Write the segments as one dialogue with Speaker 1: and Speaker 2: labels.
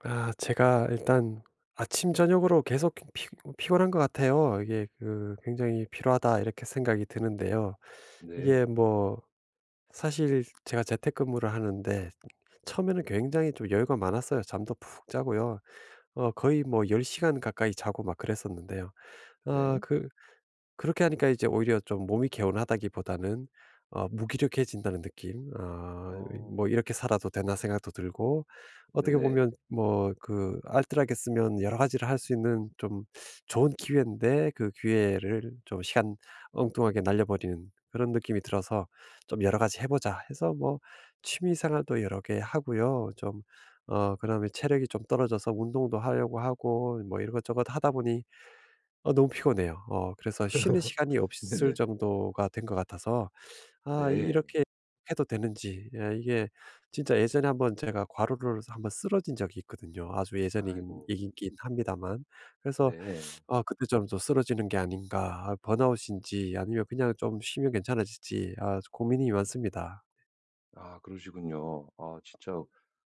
Speaker 1: 아 제가 일단 아침 저녁으로 계속 피 피곤한 것 같아요. 이게 그 '굉장히 필요하다.' 이렇게 생각이 드는데요. 이게
Speaker 2: 네.
Speaker 1: 뭐 사실 제가 재택근무를 하는데 처음에는 굉장히 좀 여유가 많았어요. 잠도 푹 자고요. 거의 뭐 10 시간 가까이 자고 막 그랬었는데요. 아
Speaker 2: 네.
Speaker 1: 그 그렇게 하니까 이제 오히려 좀 몸이 개운하다기보다는 무기력해진다는 느낌. 아 이
Speaker 2: 어.
Speaker 1: 뭐 '이렇게 살아도 되나.' 생각도 들고, 어떻게
Speaker 2: 네네.
Speaker 1: 보면 뭐 그 알뜰하게 쓰면 여러 가지를 할 수 있는 좀 좋은 기회인데 그 기회를 좀 시간 엉뚱하게 날려버리는 그런 느낌이 들어서 좀 '여러 가지 해 보자.' 해서, 뭐 취미 생활도 여러 개 하고요. 좀 그다음에 체력이 좀 떨어져서 운동도 하려고 하고, 뭐 이것저것 하다 보니 너무 피곤해요. 그래서 쉬는 시간이 없을
Speaker 2: 네네.
Speaker 1: 정도가 된 것 같아서 '아
Speaker 2: 네.
Speaker 1: 이렇게 해도 되는지.' 예. 이게 진짜 예전에 한번 제가 과로를 한번 쓰러진 적이 있거든요. 아주 예전이긴
Speaker 2: 아이고.
Speaker 1: 긴 합니다만. 그래서
Speaker 2: 네.
Speaker 1: '아 그때 좀더또 쓰러지는 게 아닌가. 아 번아웃인지 아니면 그냥 좀 쉬면 괜찮아질지.' 아 고민이 많습니다.
Speaker 2: 아 그러시군요. 아 진짜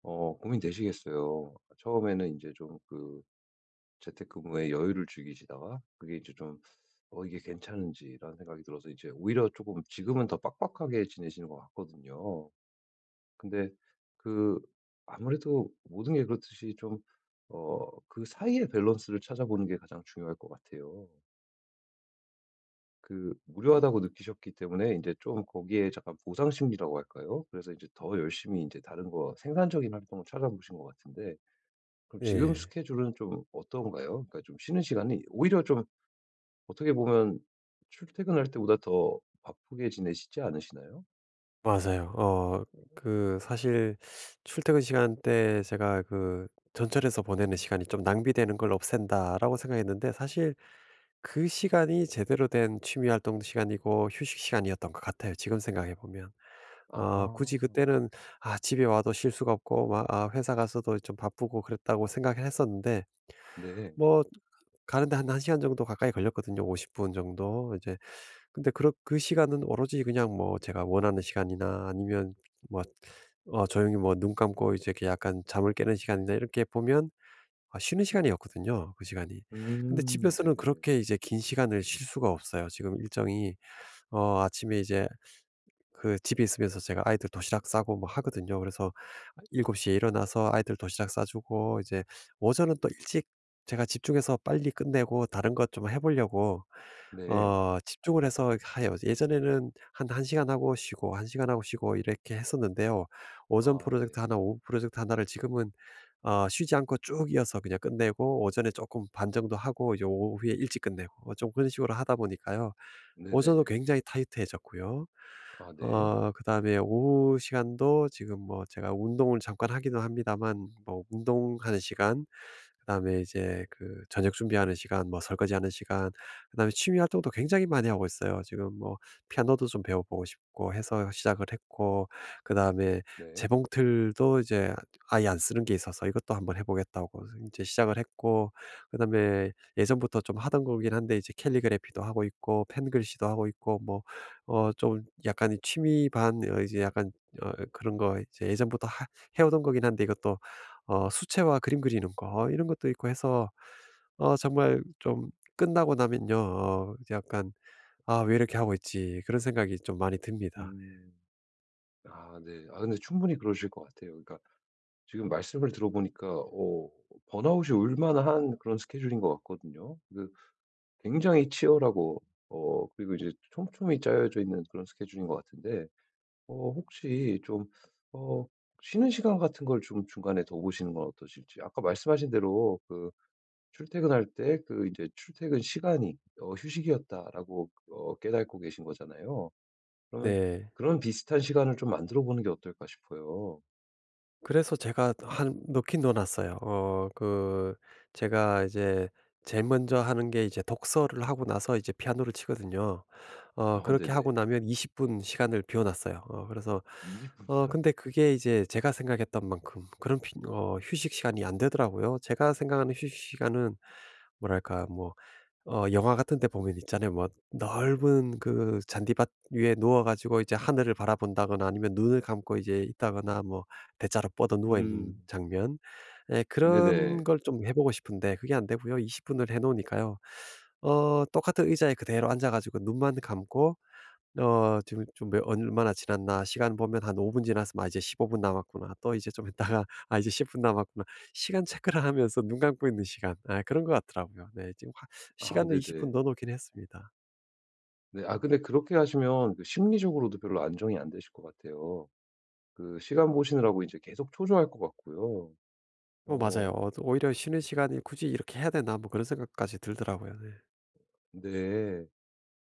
Speaker 2: 고민되시겠어요. 처음에는 이제 좀 그 재택근무에 여유를 즐기시다가 그게 이제 좀 이게 괜찮은지.'라는 생각이 들어서 이제 오히려 조금 지금은 더 빡빡하게 지내시는 것 같거든요. 근데 그 아무래도 모든 게 그렇듯이 좀 그 사이의 밸런스를 찾아보는 게 가장 중요할 것 같아요. 그 무료하다고 느끼셨기 때문에 이제 좀 거기에 약간 보상 심리라고 할까요? 그래서 이제 더 열심히 이제 다른 거 생산적인 활동을 찾아보신 것 같은데, 그럼 지금
Speaker 1: 네.
Speaker 2: 스케줄은 좀 어떤가요? 그러니까 좀 쉬는 시간이 오히려 좀, 어떻게 보면 출퇴근할 때보다 더 바쁘게 지내시지 않으시나요?
Speaker 1: 맞아요. 그 사실 출퇴근 시간대 제가 그 '전철에서 보내는 시간이 좀 낭비되는 걸 없앤다.'라고 생각했는데, 사실 그 시간이 제대로 된 취미 활동 시간이고 휴식 시간이었던 것 같아요, 지금 생각해 보면.
Speaker 2: 아
Speaker 1: 굳이 그때는 '아 집에 와도 쉴 수가 없고 막 아 회사 가서도 좀 바쁘고 그랬다.'고 생각을 했었는데,
Speaker 2: 네.
Speaker 1: 뭐 가는데 한 1 시간 정도 가까이 걸렸거든요, 50분 정도. 이제 근데 그 시간은 오로지 그냥, 뭐 제가 원하는 시간이나 아니면 뭐 조용히 뭐 눈 감고 이제 이렇게 약간 잠을 깨는 시간이나, 이렇게 보면 아 쉬는 시간이었거든요, 그 시간이. 근데 집에서는
Speaker 2: 네네.
Speaker 1: 그렇게 이제 긴 시간을 쉴 수가 없어요. 지금 일정이 아침에 이제 그 집에 있으면서 제가 아이들 도시락 싸고 뭐 하거든요. 그래서 7곱시에 일어나서 아이들 도시락 싸주고, 이제 오전은 또 일찍 제가 집중해서 빨리 끝내고 다른 것 좀 해 보려고
Speaker 2: 네.
Speaker 1: 집중을 해서 해요. 예전에는 한 1 시간 하고 쉬고, 1 시간 하고 쉬고 이렇게 했었는데요. 오전
Speaker 2: 아 네.
Speaker 1: 프로젝트 하나, 오후 프로젝트 하나를 지금은 쉬지 않고 쭉 이어서 그냥 끝내고, 오전에 조금 반 정도 하고 이제 오후에 일찍 끝내고, 어 좀 그런 식으로 하다 보니까요. 오전은
Speaker 2: 네네.
Speaker 1: 굉장히 타이트해졌고요.
Speaker 2: 아 네.
Speaker 1: 그다음에 오후 시간도 지금 뭐 제가 운동을 잠깐 하기도 합니다만, 뭐 운동하는 시간, 그다음에 이제 그 저녁 준비하는 시간, 뭐 설거지하는 시간, 그다음에 취미 활동도 굉장히 많이 하고 있어요. 지금 뭐 피아노도 좀 배워보고 싶고 해서 시작을 했고, 그다음에
Speaker 2: 네.
Speaker 1: 재봉틀도 이제 아예 안 쓰는 게 있어서 이것도 한번 해보겠다고 이제 시작을 했고, 그다음에 예전부터 좀 하던 거긴 한데 이제 캘리그래피도 하고 있고 펜글씨도 하고 있고, 뭐 좀 약간 이 취미 반, 어 이제 약간 그런 거 이제 예전부터 하 해오던 거긴 한데, 이것도 수채화 그림 그리는 거, 이런 것도 있고 해서 정말 좀 끝나고 나면요, 어 이제 약간 '아 왜 이렇게 하고 있지.' 그런 생각이 좀 많이 듭니다.
Speaker 2: 음. 아 네. 아 근데 충분히 그러실 것 같아요. 그러니까 지금 말씀을 들어보니까 번아웃이 올 만한 그런 스케줄인 것 같거든요. 그 굉장히 치열하고 그리고 이제 촘촘히 짜여져 있는 그런 스케줄인 것 같은데, 혹시 좀 어 쉬는 시간 같은 걸 좀 중간에 더 보시는 건 어떠실지. 아까 말씀하신 대로 그 출퇴근할 때, 그 이제 출퇴근 시간이 휴식이었다라고 깨닫고 계신 거잖아요. 그러면
Speaker 1: 네.
Speaker 2: 그런 비슷한 시간을 좀 만들어 보는 게 어떨까 싶어요.
Speaker 1: 그래서 제가 한 넣긴 넣어 놨어요. 그 제가 이제 제일 먼저 하는 게 이제 독서를 하고 나서 이제 피아노를 치거든요. 그렇게 하고
Speaker 2: 네네.
Speaker 1: 나면 20분 시간을 비워 놨어요. 어 그래서,
Speaker 2: 이0
Speaker 1: 어
Speaker 2: 분이요?
Speaker 1: 근데 그게 이제 제가 생각했던 만큼 그런 피 어 휴식 시간이 안 되더라고요. 제가 생각하는 휴식 시간은 뭐랄까, 뭐 영화 같은 데 보면 있잖아요. 뭐 넓은 그 잔디밭 위에 누워 가지고 이제 하늘을 바라본다거나 아니면 눈을 감고 이제 있다거나, 뭐 대자로 뻗어 누워 있는
Speaker 2: 음.
Speaker 1: 장면. 예, 그런
Speaker 2: 네네.
Speaker 1: 걸 좀 해 보고 싶은데 그게 안 되고요. 20 분을 해 놓으니까요 똑같은 의자에 그대로 앉아 가지고 눈만 감고 지금 좀 몇 얼마나 지났나 시간 보면, 한 5분 지났으면 '아 이제 15분 남았구나.' 또 이제 좀 있다가 '아 이제 10분 남았구나.' 시간 체크를 하면서 눈 감고 있는 시간, 아 그런 것 같더라고요. 네, 지금
Speaker 2: 아
Speaker 1: 시간을 20분
Speaker 2: 네네.
Speaker 1: 넣어 놓긴 했습니다.
Speaker 2: 네, 아 근데 그렇게 하시면 그 심리적으로도 별로 안정이 안 되실 것 같아요. 그 시간 보시느라고 이제 계속 초조할 것 같고요.
Speaker 1: 맞아요.
Speaker 2: 어.
Speaker 1: 오히려 쉬는 시간이 '굳이 이렇게 해야 되나?' 뭐 그런 생각까지 들더라고요. 네.
Speaker 2: 네.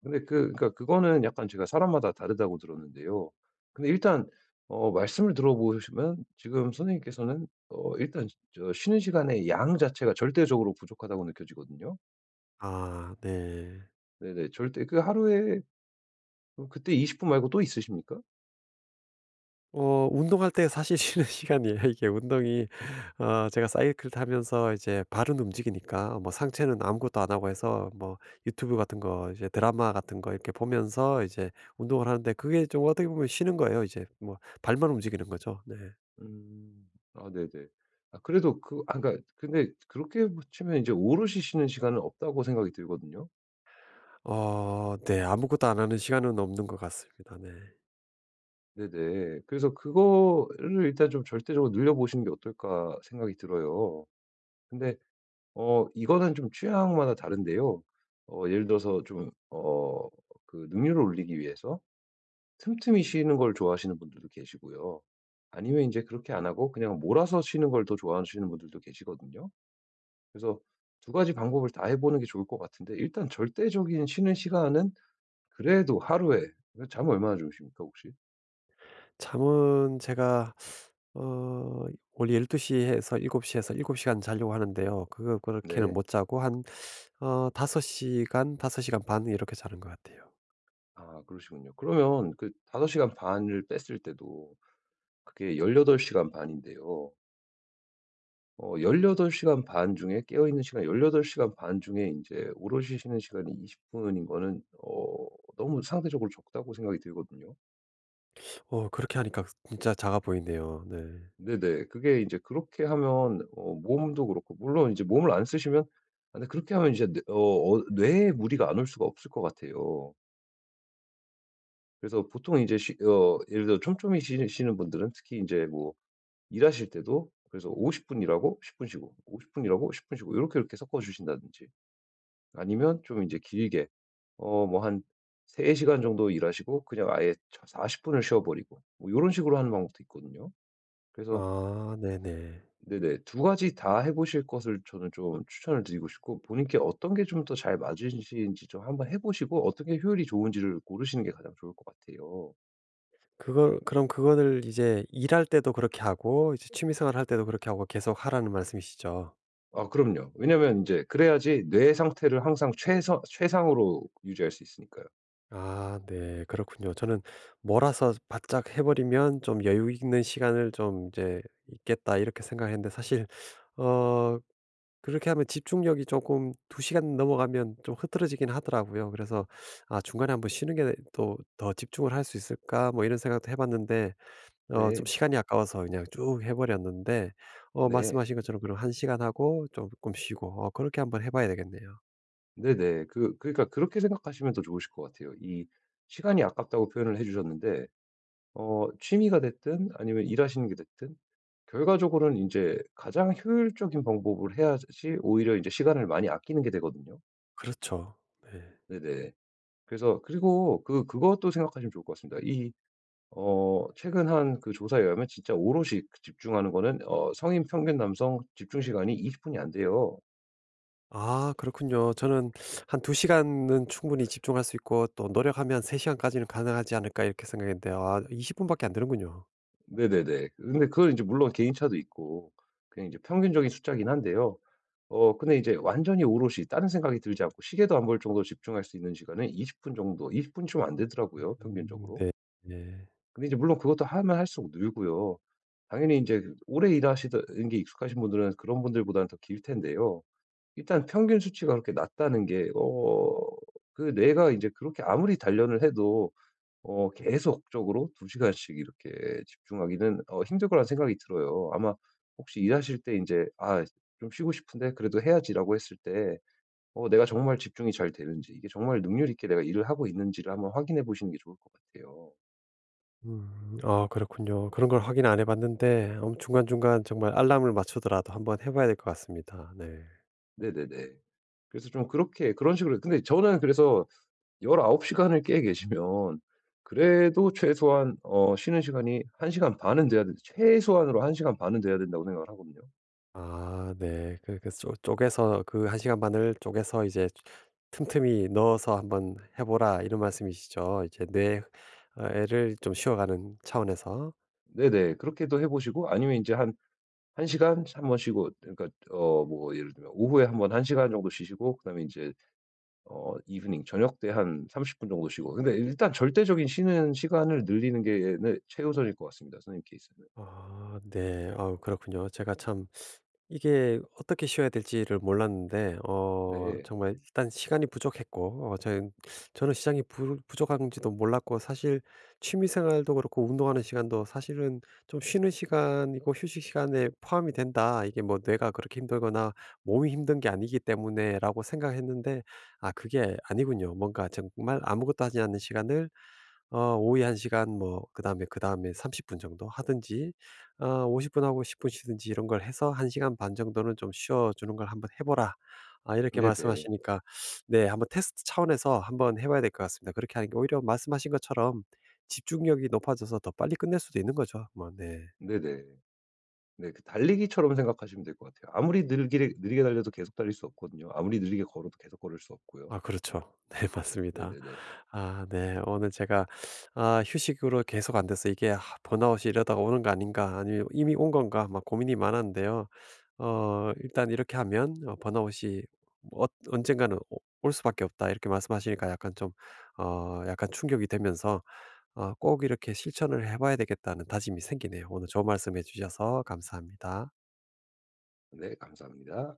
Speaker 2: 근데 그 그러니까 그거는 약간 제가 사람마다 다르다고 들었는데요. 근데 일단 말씀을 들어보시면 지금 선생님께서는 일단 저 쉬는 시간의 양 자체가 절대적으로 부족하다고 느껴지거든요.
Speaker 1: 아 네.
Speaker 2: 네네. 절대 그 하루에 그때 20분 말고 또 있으십니까?
Speaker 1: 운동할 때 사실 쉬는 시간이에요. 이게 운동이, 어 제가 사이클 타면서 이제 발은 움직이니까 뭐 상체는 아무것도 안 하고 해서, 뭐 유튜브 같은 거, 이제 드라마 같은 거 이렇게 보면서 이제 운동을 하는데 그게 좀 어떻게 보면 쉬는 거예요. 이제 뭐 발만 움직이는 거죠. 네.
Speaker 2: 음. 아 네네. 아 그래도 그 아 그러니까 근데 그렇게 뭐 치면 이제 오롯이 쉬는 시간은 없다고 생각이 들거든요.
Speaker 1: 어 네. 아무것도 안 하는 시간은 없는 것 같습니다. 네.
Speaker 2: 네네. 그래서 그거를 일단 좀 절대적으로 늘려 보시는 게 어떨까 생각이 들어요. 근데 이거는 좀 취향마다 다른데요. 예를 들어서 좀 그 능률을 올리기 위해서 틈틈이 쉬는 걸 좋아하시는 분들도 계시고요. 아니면 이제 그렇게 안 하고 그냥 몰아서 쉬는 걸 더 좋아하시는 분들도 계시거든요. 그래서 두 가지 방법을 다 해 보는 게 좋을 것 같은데, 일단 절대적인 쉬는 시간은, 그래도 하루에 잠 얼마나 주무십니까, 혹시?
Speaker 1: 잠은 제가 어 원래 12 시에서 7 시에서 7 시간 자려고 하는데요. 그거 그렇게는
Speaker 2: 네.
Speaker 1: 못 자고 한 5 시간, 5 시간 반 이렇게 자는 것 같아요.
Speaker 2: 아 그러시군요. 그러면 그 5 시간 반을 뺐을 때도, 그게 18 시간 반인데요. 18 시간 반 중에 깨어 있는 시간, 18 시간 반 중에 이제 오롯이 쉬는 시간이 20 분인 거는 너무 상대적으로 적다고 생각이 들거든요.
Speaker 1: 그렇게 하니까 진짜 작아 보이네요. 네.
Speaker 2: 네네. 그게 이제 그렇게 하면 몸도 그렇고, 물론 이제 몸을 안 쓰시면, 아 근데 그렇게 하면 이제 뇌 뇌에 무리가 안 올 수가 없을 것 같아요. 그래서 보통 이제 쉬 어 예를 들어 촘촘히 쉬는 분들은 특히 이제 뭐 일하실 때도 그래서 50분 일하고 10분 쉬고 50분 일하고 10분 쉬고 이렇게 이렇게 섞어 주신다든지, 아니면 좀 이제 길게 뭐 한 3 시간 정도 일하시고 그냥 아예 40 분을 쉬어 버리고 뭐 이런 식으로 하는 방법도 있거든요. 그래서.
Speaker 1: 아 네네.
Speaker 2: 네네. 두 가지 다 해 보실 것을 저는 좀 추천을 드리고 싶고, 본인께 어떤 게 좀 더 잘 맞으신지 좀 한번 해 보시고 어떤 게 효율이 좋은지를 고르시는 게 가장 좋을 것 같아요.
Speaker 1: 그걸 그럼 그거를 이제 일할 때도 그렇게 하고 이제 취미 생활할 때도 그렇게 하고 계속 하라는 말씀이시죠?
Speaker 2: 아 그럼요. 왜냐면 이제 그래야지 뇌 상태를 항상 최서 최상으로 유지할 수 있으니까요.
Speaker 1: 아 네. 그렇군요. 저는 몰아서 바짝 해 버리면 '좀 여유 있는 시간을 좀 이제 있겠다.' 이렇게 생각했는데, 사실 어 그렇게 하면 집중력이 조금 2 시간 넘어가면 좀 흐트러지긴 하더라고요. 그래서 '아 중간에 한번 쉬는 게 또 더 집중을 할 수 있을까?' 뭐 이런 생각도 해 봤는데 좀
Speaker 2: 네.
Speaker 1: 시간이 아까워서 그냥 쭉 해 버렸는데,
Speaker 2: 네.
Speaker 1: 말씀하신 것처럼 그럼 1 시간 하고 조금 쉬고, 어 그렇게 한번 해 봐야 되겠네요.
Speaker 2: 네네. 그러니까 그렇게 생각하시면 더 좋으실 것 같아요. 이 시간이 아깝다고 표현을 해 주셨는데, 취미가 됐든 아니면 일하시는 게 됐든, 결과적으로는 이제 가장 효율적인 방법을 해야지 오히려 이제 시간을 많이 아끼는 게 되거든요.
Speaker 1: 그렇죠. 네.
Speaker 2: 네네. 그래서, 그리고 그 그것도 생각하시면 좋을 것 같습니다. 이 최근 한 그 조사에 의하면, 진짜 오롯이 그 집중하는 거는 성인 평균 남성 집중 시간이 20 분이 안 돼요.
Speaker 1: 아 그렇군요. 저는 한 2 시간은 충분히 집중할 수 있고 또 노력하면 3 시간까지는 가능하지 않을까 이렇게 생각했는데, 아 20 분밖에 안 되는군요.
Speaker 2: 네네네. 근데 그건 이제 물론 개인차도 있고 그냥 이제 평균적인 숫자긴 한데요. 근데 이제 완전히 오롯이 다른 생각이 들지 않고 시계도 안 볼 정도로 집중할 수 있는 시간은 20분 정도, 20 분이 좀 안 되더라고요, 평균적으로.
Speaker 1: 네. 네.
Speaker 2: 근데 이제 물론 그것도 하면 할수록 늘고요. 당연히 인제 오래 일하시던 게 익숙하신 분들은 그런 분들보다는 더 길 텐데요. 일단 평균 수치가 그렇게 낮다는 게 그 뇌가 이제 그렇게 아무리 단련을 해도 계속적으로 2 시간씩 이렇게 집중하기는 힘들 거란 생각이 들어요. 아마 혹시 일하실 때 이제 '아, 좀 쉬고 싶은데 그래도 해야지.'라고 했을 때, 내가 정말 집중이 잘 되는지, 이게 정말 능률 있게 내가 일을 하고 있는지를 한번 확인해 보시는 게 좋을 것 같아요.
Speaker 1: 음. 아 그렇군요. 그런 걸 확인 안 해 봤는데 중간중간 정말 알람을 맞추더라도 한번 해 봐야 될 것 같습니다. 네.
Speaker 2: 네네네. 그래서 좀 그렇게, 그런 식으로, 근데 저는 그래서 19 시간을 깨 계시면 그래도 최소한 쉬는 시간이 1 시간 반은 돼야 된, 최소한으로 1 시간 반은 돼야 된다고 생각을 하거든요.
Speaker 1: 아 네. 그 쪼 쪼개서 그 1 시간 반을 쪼개서 이제 틈틈이 넣어서 한번 해 보라, 이런 말씀이시죠? 이제 뇌 어 애를 좀 쉬어가는 차원에서.
Speaker 2: 네네. 그렇게도 해 보시고 아니면 이제한 1 시간 한 번 쉬고, 그러니까 뭐 예를 들면 오후에 한번1 시간 정도 쉬시고, 그다음에 인제 이브닝 저녁 때 한 30분 정도 쉬고, 근데 일단 절대적인 쉬는 시간을 늘리는 게 네 최우선일 것 같습니다, 선생님 케이스는.
Speaker 1: 아 네. 아 그렇군요. 제가 참 이게 어떻게 쉬어야 될지를 몰랐는데,
Speaker 2: 네.
Speaker 1: 정말 일단 시간이 부족했고, 어 저는 시장이 부족한지도 몰랐고. 사실 취미 생활도 그렇고 운동하는 시간도 사실은 좀 쉬는 시간이고 휴식 시간에 포함이 된다, 이게 뭐 뇌가 그렇게 힘들거나 몸이 힘든 게 아니기 때문에라고 생각했는데 아 그게 아니군요. 뭔가 정말 아무것도 하지 않는 시간을 오후에 1시간, 뭐 그다음에 30분 정도 하든지 50분 하고 10분 쉬든지 이런 걸 해서 1 시간 반 정도는 좀 쉬어 주는 걸 한번 해 보라. 아 이렇게
Speaker 2: 네네.
Speaker 1: 말씀하시니까 네, 한번 테스트 차원에서 한번 해 봐야 될 것 같습니다. 그렇게 하는 게 오히려 말씀하신 것처럼 집중력이 높아져서 더 빨리 끝낼 수도 있는 거죠. 뭐 네.
Speaker 2: 네네. 네 네. 네, 그 달리기처럼 생각하시면 될 것 같아요. 아무리 늘기를 느리게 달려도 계속 달릴 수 없거든요. 아무리 느리게 걸어도 계속 걸을 수 없고요.
Speaker 1: 아 그렇죠. 네 맞습니다.
Speaker 2: 네네네. 네
Speaker 1: 아 네. 오늘 제가 아 휴식으로 계속 안 돼서 이게 '아 번아웃이 이러다가 오는 거 아닌가? 아니면 이미 온 건가?' 막 고민이 많았는데요. 일단 이렇게 하면 어 번아웃이 뭐, 어, '언젠가는 오 올 수밖에 없다.' 이렇게 말씀하시니까 약간 좀 약간 충격이 되면서 '꼭 이렇게 실천을 해 봐야 되겠다.'는 다짐이 생기네요. 오늘 좋은 말씀해 주셔서 감사합니다.
Speaker 2: 네. 네, 감사합니다.